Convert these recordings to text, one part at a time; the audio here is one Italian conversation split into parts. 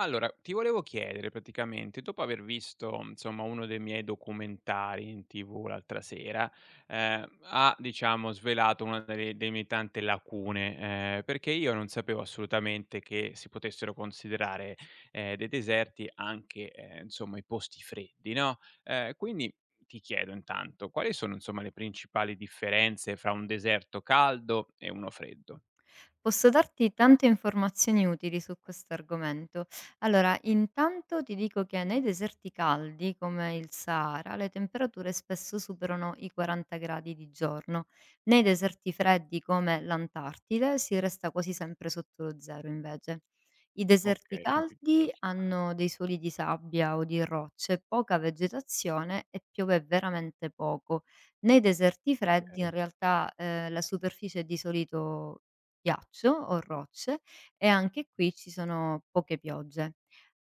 Allora, ti volevo chiedere praticamente, dopo aver visto, insomma, uno dei miei documentari in TV l'altra sera, svelato una delle mie tante lacune, perché io non sapevo assolutamente che si potessero considerare dei deserti anche, insomma, i posti freddi, no? Quindi ti chiedo intanto, quali sono, insomma, le principali differenze fra un deserto caldo e uno freddo? Posso darti tante informazioni utili su questo argomento. Allora, intanto ti dico che nei deserti caldi, come il Sahara, le temperature spesso superano i 40 gradi di giorno. Nei deserti freddi, come l'Antartide, si resta quasi sempre sotto lo zero, invece. I Ok. deserti Fin qui caldi tutto chiaro. hanno dei soli di sabbia o di rocce, poca vegetazione e piove veramente poco. Nei deserti freddi in Ok, realtà la superficie è di solito ghiaccio o rocce e anche qui ci sono poche piogge.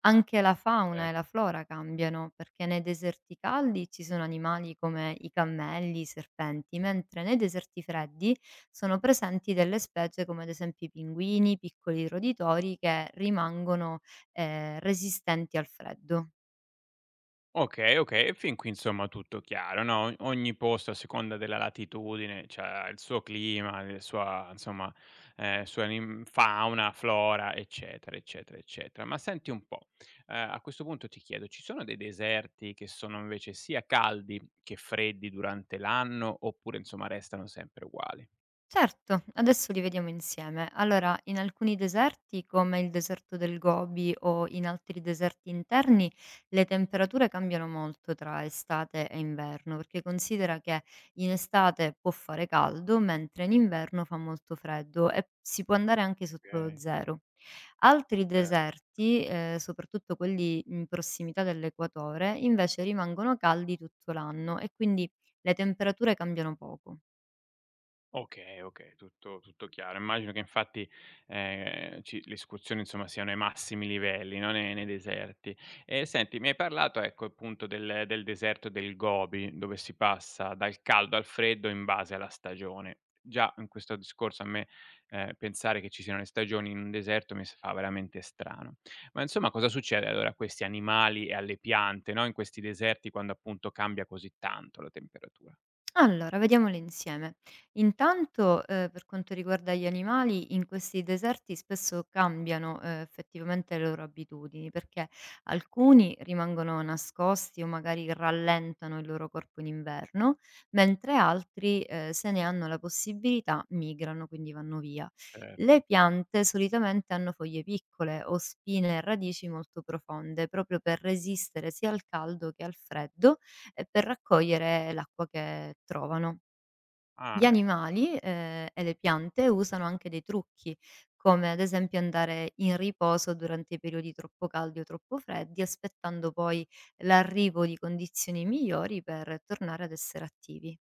Anche la fauna e certo. la flora cambiano, perché nei deserti caldi ci sono animali come i cammelli, i serpenti, mentre nei deserti freddi sono presenti delle specie come ad esempio i pinguini, piccoli roditori che rimangono resistenti al freddo. Okay, okay, e fin qui insomma tutto chiaro, no, o ogni posto a seconda della latitudine c'ha il suo clima, il sua insomma, sua nim fauna, flora, eccetera, eccetera, eccetera. Ma senti un po', a questo punto ti chiedo, ci sono dei deserti che sono invece sia caldi che freddi durante l'anno, oppure insomma restano sempre uguali? Certo, adesso li vediamo insieme. Allora, in alcuni deserti, come il deserto del Gobi o in altri deserti interni, le temperature cambiano molto tra estate e inverno, perché considera che in estate può fare caldo, mentre in inverno fa molto freddo e si può andare anche sotto lo Okay, zero. Altri cer deserti, soprattutto quelli in prossimità dell'equatore, invece rimangono caldi tutto l'anno e quindi le temperature cambiano poco. okay, okay, tutto chiaro. Immagino che infatti, ci le escursioni insomma siano ai massimi livelli, no, ne nei deserti. E senti, mi hai parlato ecco appunto del deserto del Gobi, dove si passa dal caldo al freddo in base alla stagione. Già in questo discorso a me, pensare che ci siano le stagioni in un deserto mi s fa veramente strano. Ma insomma cosa succede allora a questi animali e alle piante, no, in questi deserti quando appunto cambia così tanto la temperatura? Allora, vediamole insieme. Intanto, per quanto riguarda gli animali, in questi deserti spesso cambiano, effettivamente le loro abitudini, perché alcuni rimangono nascosti o magari rallentano il loro corpo in inverno, mentre altri, se ne hanno la possibilità migrano, quindi vanno via. Cer Le piante solitamente hanno foglie piccole o spine e radici molto profonde, proprio per resistere sia al caldo che al freddo per raccogliere l'acqua che trovano. Gli Ah, e animali, e le piante usano anche dei trucchi, come ad esempio andare in riposo durante i periodi troppo caldi o troppo freddi, aspettando poi l'arrivo di condizioni migliori per tornare ad essere attivi.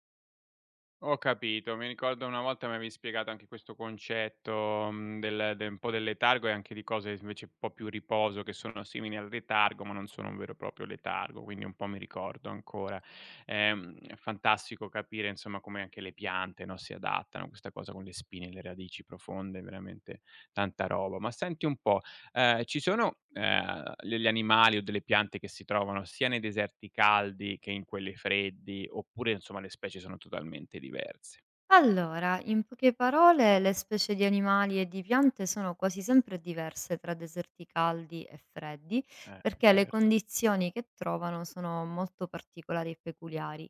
Ho capito, mi ricordo una volta mi avevi spiegato anche questo concetto, mhmm, del de un po' del letargo e anche di cose invece un po' più riposo che sono simili al letargo, ma non sono un vero e proprio letargo, quindi un po' mi ricordo ancora. È fantastico capire insomma come anche le piante, no, si adattano, questa cosa con le spine e le radici profonde, veramente tanta roba. Ma senti un po', ci sono, degli animali o delle piante che si trovano sia nei deserti caldi che in quelli freddi, oppure insomma le specie sono totalmente diverse? Allora, in poche parole, le specie di animali e di piante sono quasi sempre diverse tra deserti caldi e freddi, perché le Cer condizioni che trovano sono molto particolari e peculiari.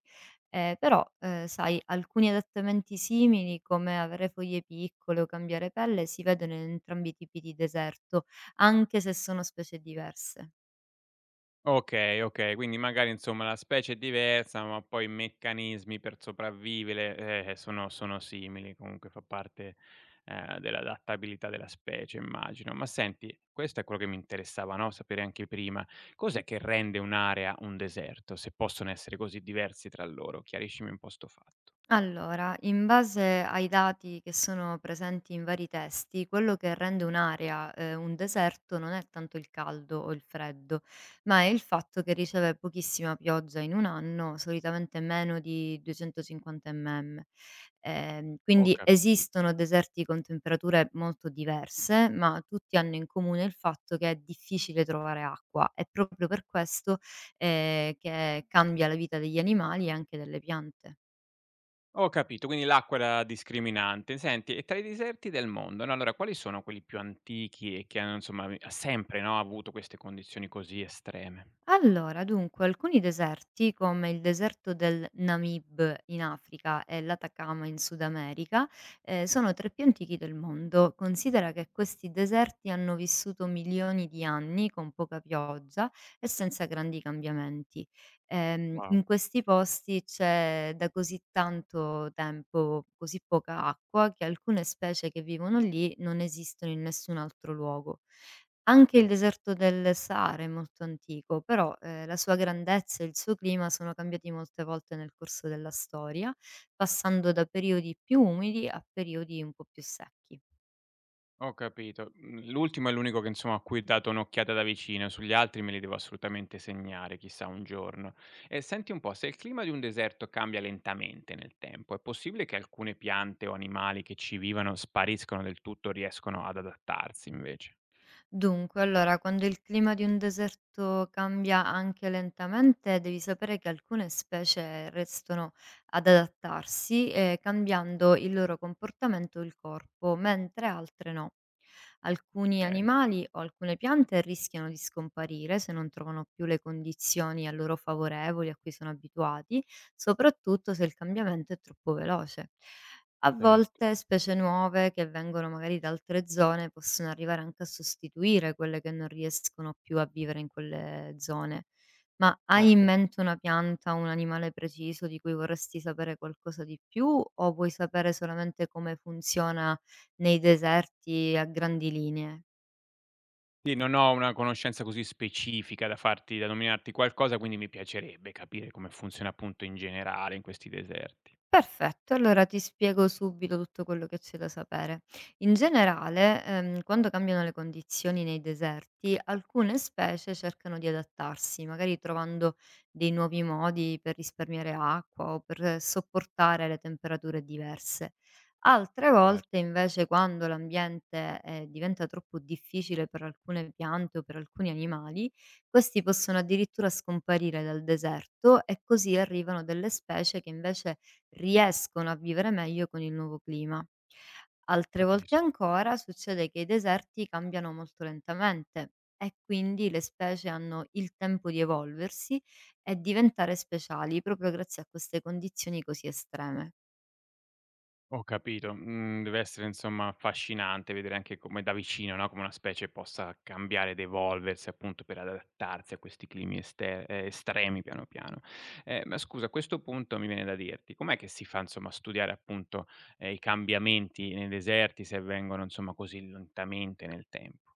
Però, sai, alcuni adattamenti simili, come avere foglie piccole o cambiare pelle, si vedono in entrambi i tipi di deserto, anche se sono specie diverse. Okay, okay, quindi magari insomma la specie è diversa, ma poi i meccanismi per sopravvivere, sono simili, comunque fa parte, dell'adattabilità della specie immagino. Ma senti, questo è quello che mi interessava, no, sapere anche prima, cos'è che rende un'area un deserto, se possono essere così diversi tra loro? Chiariscimi un po' 'sto fatto. Allora, in base ai dati che sono presenti in vari testi, quello che rende un'area, un deserto non è tanto il caldo o il freddo, ma è il fatto che riceve pochissima pioggia in un anno, solitamente meno di 250 mm. Ho Quindi capito. esistono deserti con temperature molto diverse, ma tutti hanno in comune il fatto che è difficile trovare acqua. È proprio per questo, che cambia la vita degli animali e anche delle piante. Ho capito, quindi l'acqua era la discriminante. Senti, e tra i deserti del mondo, no, allora quali sono quelli più antichi e che hanno insomma sempre, no, avuto queste condizioni così estreme? Allora, dunque, alcuni deserti, come il deserto del Namib in Africa e l'Atacama in Sud America, sono tra i più antichi del mondo. Considera che questi deserti hanno vissuto milioni di anni con poca pioggia e senza grandi cambiamenti. Wow, In questi posti c'è da così tanto tempo così poca acqua che alcune specie che vivono lì non esistono in nessun altro luogo. Anche il cioè, deserto del Sahara è molto antico, però, la sua grandezza e il suo clima sono cambiati molte volte nel corso della storia, passando da periodi più umidi a periodi un po' più secchi. ho capito. Mm, l'ultimo è l'unico che insomma a cui ho dato un'occhiata da vicino, sugli altri me li devo assolutamente segnare, chissà un giorno. E senti un po', se il clima di un deserto cambia lentamente nel tempo, è possibile che alcune piante o animali che ci vivano spariscono del tutto, riescono ad adattarsi invece? Dunque, allora, quando il clima di un deserto cambia anche lentamente, devi sapere che alcune specie restano ad adattarsi, cambiando il loro comportamento e il corpo, mentre altre no. Alcuni Ok, animali o alcune piante rischiano di scomparire se non trovano più le condizioni a loro favorevoli a cui sono abituati, soprattutto se il cambiamento è troppo veloce. A certo. volte specie nuove che vengono magari da altre zone possono arrivare anche a sostituire quelle che non riescono più a vivere in quelle zone. Ma hai in Ok. mente una pianta, un animale preciso di cui vorresti sapere qualcosa di più o vuoi sapere solamente come funziona nei deserti a grandi linee? Sì, non ho una conoscenza così specifica da farti da nominarti qualcosa, quindi mi piacerebbe capire come funziona appunto in generale in questi deserti. Perfetto, allora ti spiego subito tutto quello che c'è da sapere. In generale, quando cambiano le condizioni nei deserti, alcune specie cercano di adattarsi, magari trovando dei nuovi modi per risparmiare acqua o per sopportare le temperature diverse. Altre Cer volte, invece, quando l'ambiente diventa troppo difficile per alcune piante o per alcuni animali, questi possono addirittura scomparire dal deserto e così arrivano delle specie che invece riescono a vivere meglio con il nuovo clima. Altre volte Capisco. ancora succede che i deserti cambiano molto lentamente e quindi le specie hanno il tempo di evolversi e diventare speciali proprio grazie a queste condizioni così estreme. Ho capito. Mhmm, deve essere insomma affascinante vedere anche come da vicino, no, come una specie possa cambiare ed evolversi appunto per adattarsi a questi climi ester estremi piano piano. Ma scusa a questo punto mi viene da dirti, com'è che si fa insomma a studiare appunto, i cambiamenti nei deserti se avvengono insomma così lentamente nel tempo?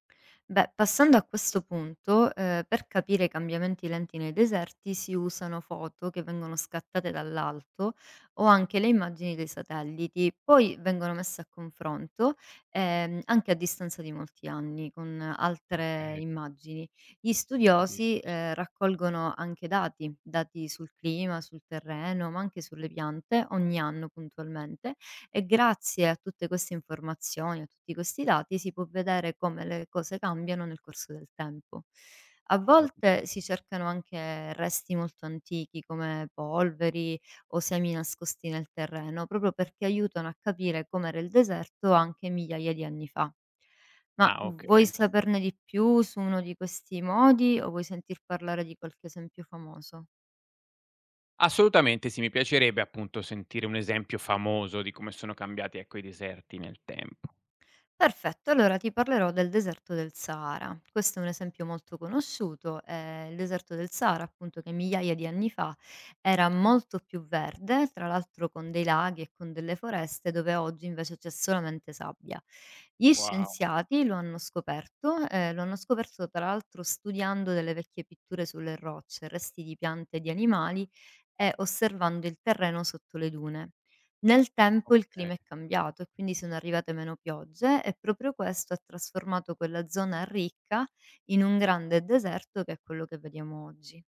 Beh, passando a questo punto, per capire i cambiamenti lenti nei deserti si usano foto che vengono scattate dall'alto o anche le immagini dei satelliti, poi vengono messe a confronto, anche a distanza di molti anni con altre Okay. immagini. Gli Capisco, studiosi, sì, raccolgono anche dati, dati sul clima, sul terreno, ma anche sulle piante ogni anno puntualmente e grazie a tutte queste informazioni, a tutti questi dati, si può vedere come le cose cambiano nel corso del tempo. A capi volte si cercano anche resti molto antichi come polveri o semi nascosti nel terreno, proprio perché aiutano a capire com'era il deserto anche migliaia di anni fa. Ma ah, vuoi okay. saperne di più su uno di questi modi o vuoi sentir parlare di qualche esempio famoso? Assolutamente sì, mi piacerebbe appunto sentire un esempio famoso di come sono cambiati, ecco, i deserti nel tempo. Perfetto, allora ti parlerò del deserto del Sahara. Questo è un esempio molto conosciuto, il deserto del Sahara, appunto, che migliaia di anni fa era molto più verde, tra l'altro con dei laghi e con delle foreste, dove oggi invece c'è solamente sabbia. Gli Wow, scienziati lo hanno scoperto, tra l'altro studiando delle vecchie pitture sulle rocce, resti di piante e di animali e osservando il terreno sotto le dune. Nel tempo il okay. clima è cambiato e quindi sono arrivate meno piogge e proprio questo ha trasformato quella zona ricca in un grande deserto che è quello che vediamo oggi.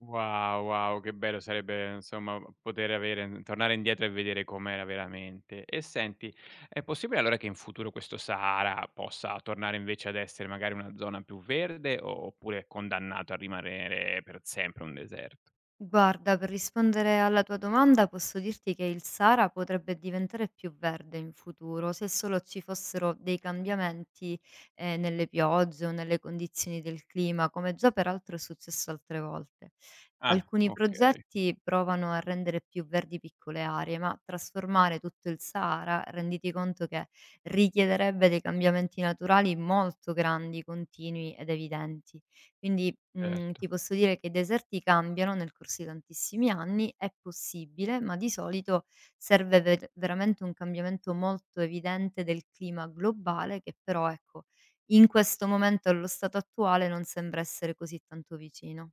Wow, wow, che bello sarebbe insomma poter avere mhmm, tornare indietro e vedere com'era veramente. E senti, è possibile allora che in futuro questo Sahara possa tornare invece ad essere magari una zona più verde o oppure è condannato a rimanere per sempre un deserto? Guarda, per rispondere alla tua domanda, posso dirti che il Sahara potrebbe diventare più verde in futuro se solo ci fossero dei cambiamenti nelle piogge o nelle condizioni del clima, come già peraltro è successo altre volte. Ah, Alcuni okay, progetti provano a rendere più verdi piccole aree, ma trasformare tutto il Sahara, renditi conto che richiederebbe dei cambiamenti naturali molto grandi, continui ed evidenti. Quindi, mhmm, certo. ti posso dire che i deserti cambiano nel corso di tantissimi anni, è possibile, ma di solito serve veramente un cambiamento molto evidente del clima globale che però, ecco, in questo momento allo stato attuale non sembra essere così tanto vicino.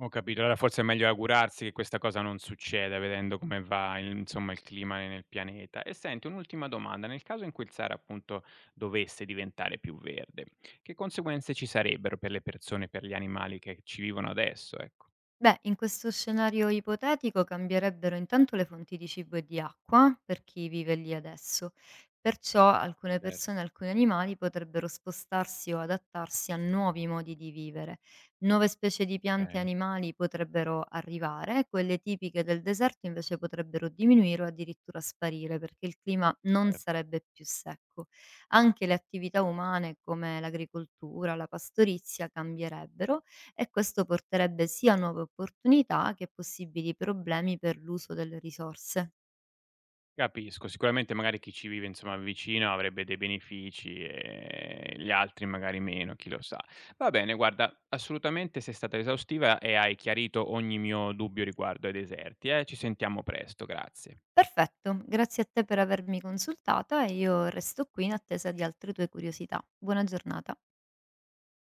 Ho capito, allora forse è meglio augurarsi che questa cosa non succeda, vedendo come va il insomma il clima nel pianeta. E senti, un'ultima domanda, nel caso in cui il Sahara appunto dovesse diventare più verde, che conseguenze ci sarebbero per le persone, per gli animali che ci vivono adesso, ecco? Beh, in questo scenario ipotetico cambierebbero intanto le fonti di cibo e di acqua per chi vive lì adesso, perciò alcune Certo, persone e alcuni animali potrebbero spostarsi o adattarsi a nuovi modi di vivere. Nuove specie di piante e okay, animali potrebbero arrivare, quelle tipiche del deserto invece potrebbero diminuire o addirittura sparire perché il clima non cer sarebbe più secco. Anche le attività umane come l'agricoltura, la pastorizia cambierebbero e questo porterebbe sia a nuove opportunità che possibili problemi per l'uso delle risorse. capisco, sicuramente magari chi ci vive insomma vicino avrebbe dei benefici e gli altri magari meno, chi lo sa. Va bene, guarda, assolutamente sei stata esaustiva e hai chiarito ogni mio dubbio riguardo ai deserti, eh. Ci sentiamo presto, grazie. Perfetto, grazie a te per avermi consultata e io resto qui in attesa di altre tue curiosità. Buona giornata.